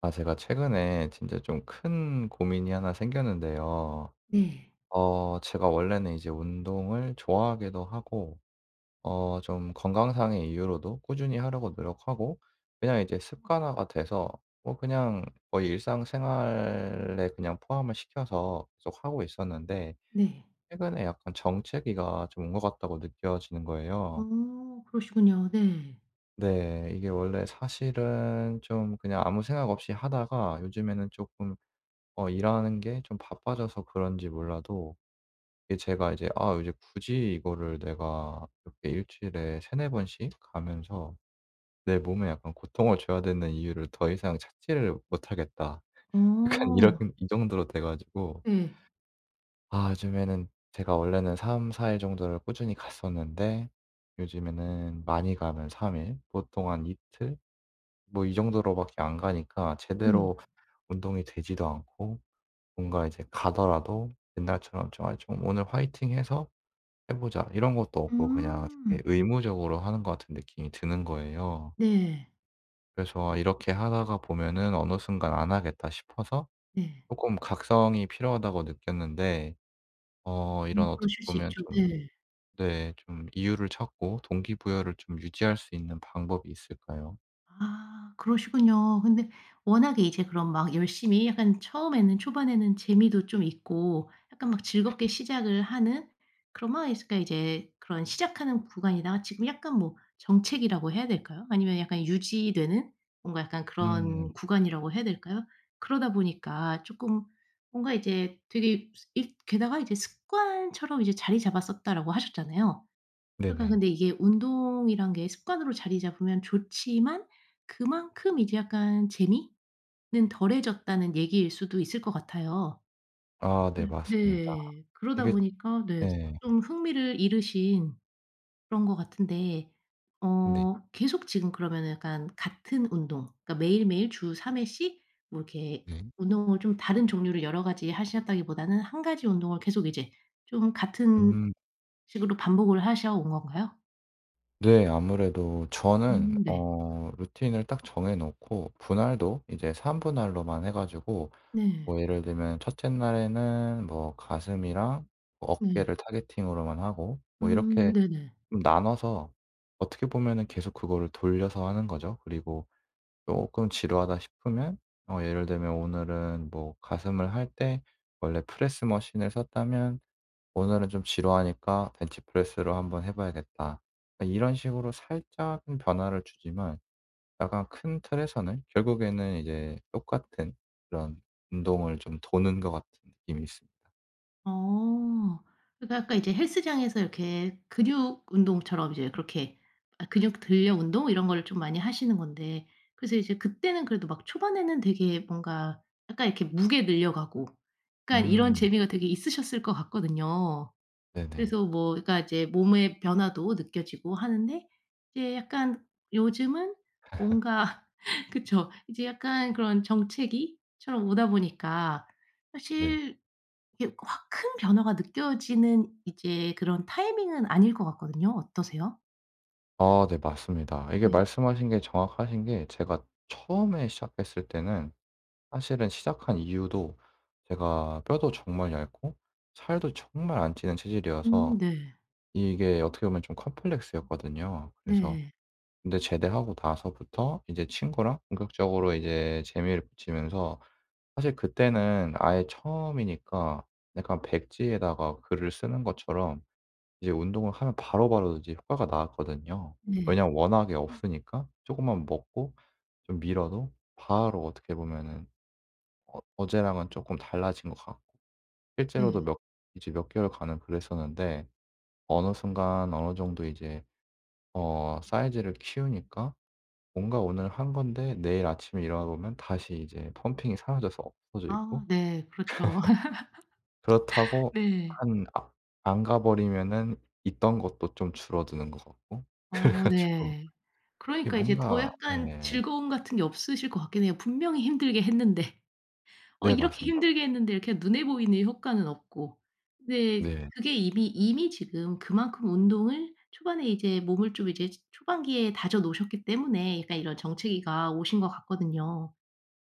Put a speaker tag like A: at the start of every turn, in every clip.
A: 아 제가 최근에 진짜 좀 큰 고민이 하나 생겼는데요.
B: 네.
A: 제가 원래는 이제 운동을 좋아하기도 하고, 좀 건강상의 이유로도 꾸준히 하려고 노력하고, 그냥 이제 습관화가 돼서 뭐 그냥 거의 일상생활에 그냥 포함을 시켜서 계속 하고 있었는데,
B: 네.
A: 최근에 약간 정체기가 좀 온 것 같다고 느껴지는 거예요.
B: 어 그러시군요. 네.
A: 네. 이게 원래 사실은 좀 그냥 아무 생각 없이 하다가 요즘에는 조금 일하는 게 좀 바빠져서 그런지 몰라도, 이게 제가 이제 '아 이제 굳이 이거를 내가 이렇게 일주일에 3-4 번씩 가면서 내 몸에 약간 고통을 줘야 되는 이유를 더 이상 찾지를 못하겠다.' 약간
B: 어.
A: 이런 이 정도로 돼 가지고,
B: 네.
A: 아 요즘에는 제가 원래는 3-4일 정도를 꾸준히 갔었는데, 요즘에는 많이 가면 3일, 보통 한 이틀 뭐 이 정도로 밖에 안 가니까
B: 네.
A: 제대로 운동이 되지도 않고, 뭔가 이제 가더라도 옛날처럼 좀 '아 좀 오늘 화이팅해서 해 보자.' 이런 것도 없고 그냥 되게
B: 음.
A: 의무적으로 하는 것 같은 느낌이 드는 거예요.
B: 네.
A: 그래서 아 이렇게 하다가 보면은 어느 순간 '안 하겠다.' 싶어서
B: 네.
A: 쪼끔 각성이 필요하다고 느꼈는데, 이런 어떻게
B: 그러실 수
A: 보면
B: 있죠.
A: 좀,
B: 네.
A: 네 좀 이유를 찾고 동기부여를 좀 유지할 수 있는 방법이 있을까요?
B: 아 그러시군요. 근데 워낙에 이제 그럼 막 열심히 약간 처음에는 초반에는 재미도 좀 있고 약간 막 즐겁게 시작을 하는 그런 막러니까 이제 그런 시작하는 구간이다가 지금 약간 뭐 정체기라고 해야 될까요? 아니면 약간 유지되는 뭔가 약간
A: 음.
B: 그런 구간이라고 해야 될까요? 그러다 보니까 조금 뭔가 이제 되게 게다가 이제 습관처럼 이제 자리 잡았었다라고 하셨잖아요. 그러니까
A: 네네.
B: 근데 이게 운동이란 게 습관으로 자리 잡으면 좋지만 그만큼 이제 약간 재미는 덜해졌다는 얘기일 수도 있을 것 같아요.
A: 아 네
B: 네.
A: 맞습니다.
B: 네. 그러다
A: 이게,
B: 보니까 네
A: 네.
B: 좀 흥미를 잃으신 그런 것 같은데
A: 네.
B: 어 계속 지금 그러면은 약간 같은 운동 그러니까 매일매일 주 3 회씩 뭐 이렇게
A: 네.
B: 운동을 좀 다른 종류를 여러 가지 하셨다기보다는 한 가지 운동을 계속 이제 좀 같은
A: 음.
B: 식으로 반복을 하셔 온 건가요?
A: 네. 아무래도 저는
B: 네.
A: 루틴을 딱 정해 놓고 분할도 이제 3 분할로만 해 가지고,
B: 네.
A: 뭐 예를 들면 첫째 날에는 뭐 가슴이랑 뭐
B: 네.
A: 어깨를 타겟팅으로만 하고 뭐 이렇게
B: 네네.
A: 좀 나눠서 어떻게 보면은 계속 그거를 돌려서 하는 거죠. 그리고 쪼끔 지루하다 싶으면 예를 들면 오늘은 뭐 가슴을 할 때 원래 프레스 머신을 썼다면, 오늘은 좀 지루하니까 벤치프레스로 한번 해 봐야겠다, 그러니까 이런 식으로 살짝은 변화를 주지만, 약간 큰 틀에서는 결국에는 이제 똑같은 그런 운동을 좀 도는 것 같은 느낌이 있습니다.
B: 어. 그러니까 아까 이제 헬스장에서 이렇게 근육 운동처럼 이제 그렇게 아 근육 들려 운동 이런 거를 좀 많이 하시는 건데 그래서 이제 그때는 그래도 막 초반에는 되게 뭔가 약간 이렇게 무게 늘려가고 약간 이런
A: 음.
B: 재미가 되게 있으셨을 것 같거든요.
A: 네네.
B: 그래서 뭐 그러니까 이제 몸의 변화도 느껴지고 하는데 이제 약간 요즘은 뭔가 그쵸. 이제 약간 그런 정체기처럼 오다 보니까
A: 네.
B: 사실 이게 확 큰 변화가 느껴지는 이제 그런 타이밍은 아닐 것 같거든요. 어떠세요?
A: 아 네 맞습니다. 이게
B: 네.
A: 말씀하신 게 정확하신 게, 제가 처음에 시작했을 때는 사실은 시작한 이유도, 제가 뼈도 정말 얇고 살도 정말 안 찌는 체질이어서
B: 네.
A: 이게 어떻게 보면 좀 컴플렉스였거든요. 그래서,
B: 네.
A: 근데 제대하고 나서부터 이제 친구랑 본격적으로 이제 재미를 붙이면서, 사실 그때는 아예 처음이니까 약간 백지에다가 글을 쓰는 것처럼 이제 운동을 하면 바로바로 이제 효과가 나왔거든요.
B: 네.
A: 왜냐면 워낙에 없으니까 조금만 먹고 좀 미뤄도 바로 어떻게 보면은 어제랑은 조금 달라진 것 같고 실제로도
B: 네.
A: 몇 이제 몇 개월 간을 그랬었는데, 어느 순간 어느 정도 이제 사이즈를 키우니까 뭔가 오늘 한 건데 내일 아침에 일어나 보면 다시 이제 펌핑이 사라져서 없어져 있고,
B: 아 네. 그렇죠.
A: 그렇다고
B: 네.
A: 한 아 안 가 버리면은 있던 것도 좀 줄어드는 것 같고, 그래
B: 어
A: 가지고
B: 네.
A: 이게
B: 그러니까 이제 더
A: 뭔가
B: 약간
A: 예.
B: 즐거움 같은 게 없으실 것 같긴 해요. 분명히 힘들게 했는데. 어
A: 네
B: 이렇게
A: 맞습니다.
B: 힘들게 했는데 이렇게 눈에 보이는 효과는 없고. 근데
A: 네.
B: 그게 이미 지금 그만큼 운동을 초반에 이제 몸을 좀 이제 초반기에 다져 놓으셨기 때문에 약간 이런 정체기가 오신 것 같거든요.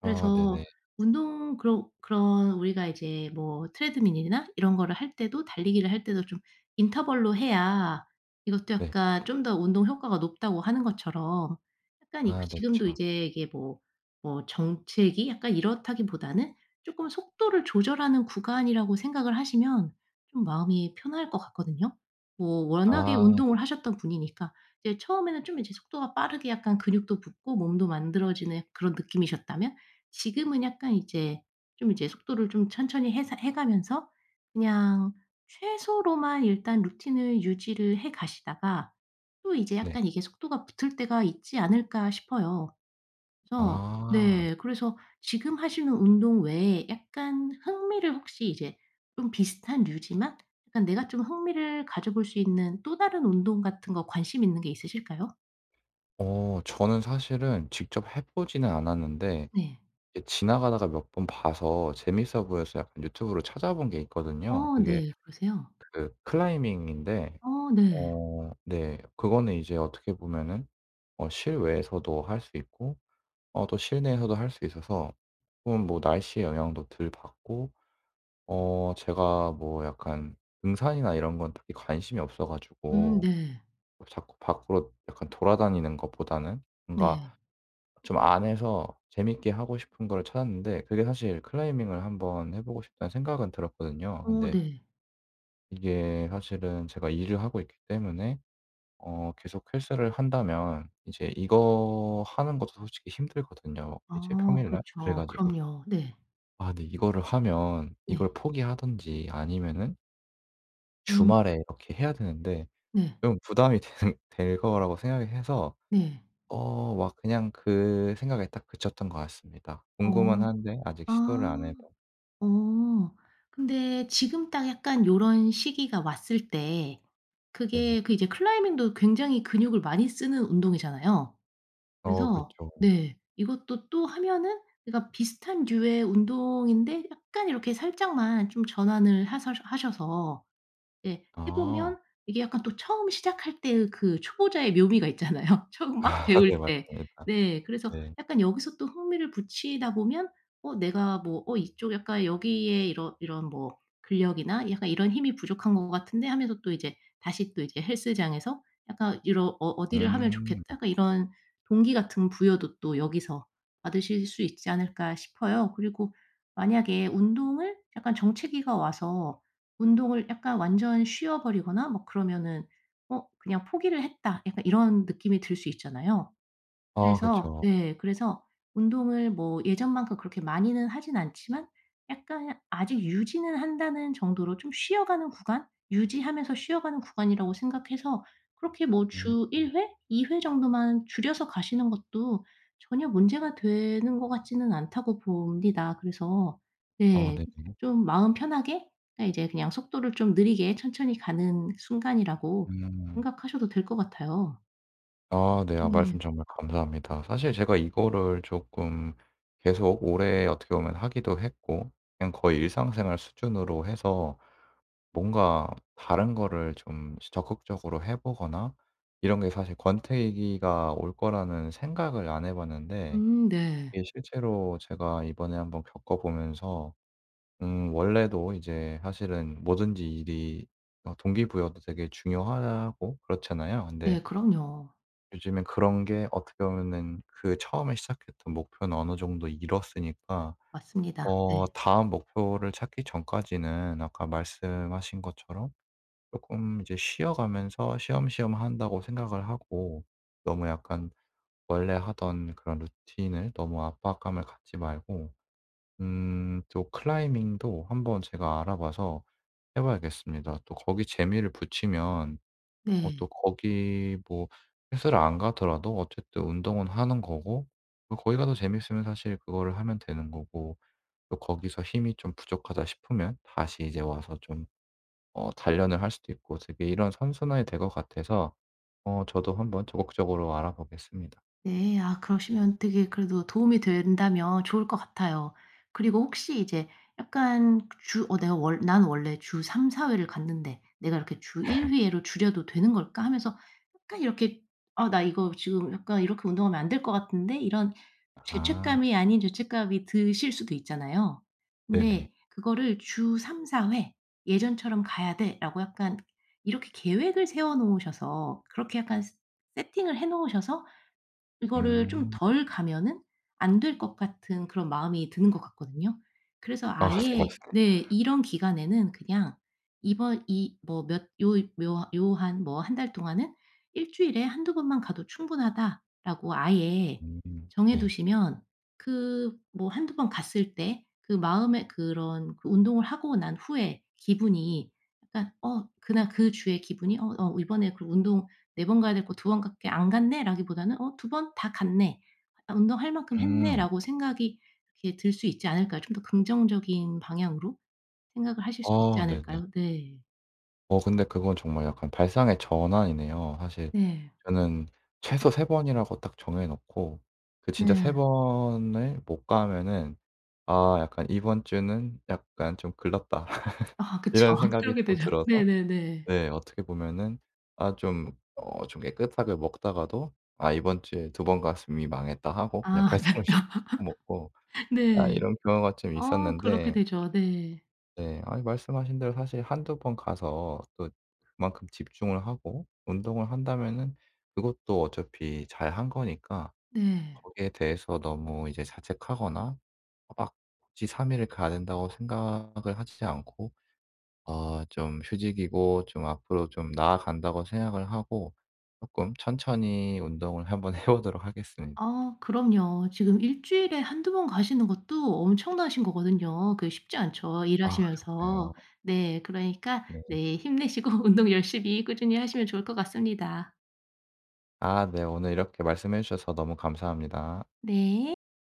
A: 아 네네.
B: 그래서 운동 그런 우리가 이제 뭐 트레드밀이나 이런 거를 할 때도 달리기를 할 때도 좀 인터벌로 해야 이것도
A: 네.
B: 약간 좀 더 운동 효과가 높다고 하는 것처럼 약간 이
A: 아 네
B: 지금도
A: 그쵸.
B: 이제 이게 뭐 뭐 정책이 약간 이렇다기보다는 쪼끔 속도를 조절하는 구간이라고 생각을 하시면 좀 마음이 편할 것 같거든요. 뭐 워낙에
A: 아 네.
B: 운동을 하셨던 분이니까 이제 처음에는 좀 이제 속도가 빠르게 약간 근육도 붙고 몸도 만들어지는 그런 느낌이셨다면 지금은 약간 이제 좀 이제 속도를 좀 천천히 해서 해 가면서 그냥 최소로만 일단 루틴을 유지를 해 가시다가 또 이제
A: 네.
B: 약간 이게 속도가 붙을 때가 있지 않을까 싶어요. 그래서
A: 아 네.
B: 네 그래서 지금 하시는 운동 외에 약간 흥미를 혹시 이제 좀 비슷한 류지만 약간 내가 좀 흥미를 가져볼 수 있는 또 다른 운동 같은 거 관심 있는 게 있으실까요?
A: 저는 사실은 직접 해 보지는 않았는데,
B: 네.
A: 이게 지나가다가 몇 번 봐서 재밌어 보여서 약간 유튜브로 찾아본 게 있거든요.
B: 어
A: 그게
B: 네. 그러세요?
A: 그 클라이밍인데,
B: 어 네.
A: 어 네. 그거는 이제 어떻게 보면은 실외에서도 할 수 있고, 또 실내에서도 할 수 있어서 조금 뭐 날씨의 영향도 덜 받고, 제가 뭐 약간 등산이나 이런 건 특히 관심이 없어 가지고
B: 네.
A: 자꾸 밖으로 약간 돌아다니는 것보다는 뭔가
B: 네.
A: 좀 안에서 재밌게 하고 싶은 거를 찾았는데, 그게 사실 클라이밍을 한번 해 보고 싶다는 생각은 들었거든요.
B: 어
A: 근데
B: 네.
A: 이게 사실은 제가 일을 하고 있기 때문에 계속 헬스를 한다면 이제 이거 하는 것도 솔직히 힘들거든요, 이제
B: 아
A: 평일날. 그래
B: 그렇죠.
A: 가지고
B: 그럼요. 네.
A: 아 근데 이거를 하면 이걸
B: 네.
A: 포기하든지 아니면은
B: 음
A: 주말에 이렇게 해야 되는데,
B: 네.
A: 좀 부담이 되는 될 거라고 생각을 해서
B: 네.
A: 막 그냥 그 생각에 딱 그쳤던 것 같습니다. 궁금은
B: 어.
A: 한데 아직 시도를
B: 아.
A: 안 해봤.
B: 어. 근데 지금 딱 약간 요런 시기가 왔을 때
A: 네네.
B: 그게 그 이제 클라이밍도 굉장히 근육을 많이 쓰는 운동이잖아요.
A: 어
B: 그래서
A: 그쵸.
B: 네. 이것도 또 하면은 그러니까 비슷한 류의 운동인데 약간 이렇게 살짝만 좀 전환을 하서 하셔서 예. 해
A: 아.
B: 보면 이게 약간 또 처음 시작할 때의 그 초보자의 묘미가 있잖아요, 처음 막
A: 네
B: 배울 때.
A: 맞습니다.
B: 네. 그래서
A: 네.
B: 약간 여기서 또 흥미를 붙이다 보면 어 내가 뭐 '어 이쪽 약간 여기에 이런 뭐 근력이나 약간 이런 힘이 부족한 것 같은데.' 하면서 또 이제 다시 또 이제 헬스장에서 약간 이런 '어 어디를 하면
A: 음.
B: 좋겠다.' 약간 이런 동기 같은 부여도 또 여기서 받으실 수 있지 않을까 싶어요. 그리고 만약에 운동을 약간 정체기가 와서 운동을 약간 완전 쉬어 버리거나 뭐 그러면은 '어 그냥 포기를 했다.' 약간 이런 느낌이 들 수 있잖아요.
A: 아
B: 그래서
A: 그쵸.
B: 네 그래서 운동을 뭐 예전만큼 그렇게 많이는 하진 않지만 약간 아직 유지는 한다는 정도로 좀 쉬어가는 구간? 유지하면서 쉬어가는 구간이라고 생각해서 그렇게 뭐
A: 음.
B: 주 1 회, 2회 정도만 줄여서 가시는 것도 전혀 문제가 되는 것 같지는 않다고 봅니다. 그래서
A: 아
B: 네
A: 네네.
B: 좀 마음 편하게 그러니까 이제 그냥 속도를 좀 느리게 천천히 가는 순간이라고
A: 음.
B: 생각하셔도 될 것 같아요.
A: 아 네. 아 말씀
B: 네.
A: 정말 감사합니다. 사실 제가 이거를 조금 계속 오래 어떻게 보면 하기도 했고, 그냥 거의 일상생활 수준으로 해서 뭔가 다른 거를 좀 적극적으로 해 보거나 이런 게, 사실 권태기가 올 거라는 생각을 안 해 봤는데,
B: 네.
A: 이게 실제로 제가 이번에 한번 겪어 보면서, 원래도 이제 사실은 뭐든지 일이 동기부여도 되게 중요하고 그렇잖아요. 근데
B: 네 그럼요.
A: 요즘에 그런 게 어떻게 보면은 그 처음에 시작했던 목표는 어느 정도 이뤘으니까,
B: 맞습니다. 네.
A: 다음 목표를 찾기 전까지는 아까 말씀하신 것처럼 쪼끔 이제 쉬어가면서 쉬엄쉬엄 한다고 생각을 하고, 너무 약간 원래 하던 그런 루틴을 너무 압박감을 갖지 말고, 음 또 클라이밍도 한번 제가 알아봐서 해 봐야겠습니다. 또 거기 재미를 붙이면 또
B: 네.
A: 거기 뭐 헬스를 안 가더라도 어쨌든 운동은 하는 거고, 또 거기 가서 재밌으면 사실 그거를 하면 되는 거고, 또 거기서 힘이 좀 부족하다 싶으면 다시 이제 와서 좀 단련을 할 수도 있고, 되게 이런 선순환이 될 것 같아서 저도 한번 적극적으로 알아보겠습니다.
B: 네. 아 그러시면 되게 그래도 도움이 된다면 좋을 것 같아요. 그리고 혹시 이제 약간 주 어 '내가 월 난 원래 주 3-4 회를 갔는데 내가 이렇게 주 1 회로 줄여도 되는 걸까?' 하면서 약간 이렇게 '아 나 이거 지금 약간 이렇게 운동하면 안 될 것 같은데?' 이런
A: 아
B: 죄책감이 아닌 죄책감이 드실 수도 있잖아요.
A: 네네.
B: 근데 그거를 '주 3-4회 예전처럼 가야 돼.'라고 약간 이렇게 계획을 세워 놓으셔서 그렇게 약간 세팅을 해 놓으셔서 이거를 좀
A: 음.
B: 덜 가면은 안 될 것 같은 그런 마음이 드는 것 같거든요. 그래서
A: 아 네
B: 아예
A: 맞습니다.
B: 네 이런 기간에는 그냥 이번 이 뭐 몇 요 한 뭐 한 달 동안은 일 주일에 한두 번만 가도 충분하다.'라고 아예
A: 음
B: 정해
A: 네.
B: 두시면 그 뭐 한두 번 갔을 때 그 마음의 그런 그 운동을 하고 난 후에 기분이 약간 어 그날 그 주의 기분이 '어 어 이번에 그 운동 네 번 가야 될 거 두 번밖에 안 갔네.'라기보다는 '어 두 번 다 갔네. 아 운동할 만큼
A: 음.
B: 했네.'라고 생각이 이렇게 들 수 있지 않을까요? 좀 더 긍정적인 방향으로 생각을 하실 수 있지
A: 아 네네.
B: 않을까요? 네.
A: 근데 그건 정말 약간 발상의 전환이네요, 사실.
B: 네.
A: 저는 최소 세 번이라고 딱 정해 놓고, 그 진짜 세
B: 네.
A: 번을 못 가면은 '아 약간 이번 주는 약간 좀 글렀다.'
B: 아 그쵸.
A: 이런 생각이
B: 그러게
A: 좀
B: 되죠.
A: 들어서,
B: 네네네.
A: 네 어떻게 보면은 아 좀 좀 깨끗하게 먹다가도 '아 이번 주에 두 번 갔으면 이미 망했다.' 하고, 그냥
B: 아
A: 배달 음식
B: 맞죠.
A: 시켜 먹고 아
B: 네.
A: 이런 경우가 좀
B: 어 그렇게
A: 있었는데.
B: 되죠. 네.
A: 네. 아니 말씀하신 대로 사실 한두 번 가서 또 그만큼 집중을 하고 운동을 한다면은 그것도 어차피 잘 한 거니까,
B: 네.
A: 거기에 대해서 너무 이제 자책하거나 막 굳이 3 일을 가야 된다고 생각을 하지 않고, 좀 휴직이고 좀 앞으로 좀 나아간다고 생각을 하고, 쪼끔 천천히 운동을 한번 해 보도록 하겠습니다.
B: 아 그럼요. 지금 일 주일에 한두 번 가시는 것도 엄청나신 거거든요. 그게 쉽지 않죠,
A: 아 그러네요.
B: 일하시면서. 네. 그러니까
A: 네.
B: 네 힘내시고 운동 열심히 꾸준히 하시면 좋을 것 같습니다.
A: 아 네. 오늘 이렇게 말씀해 주셔서 너무 감사합니다.
B: 네.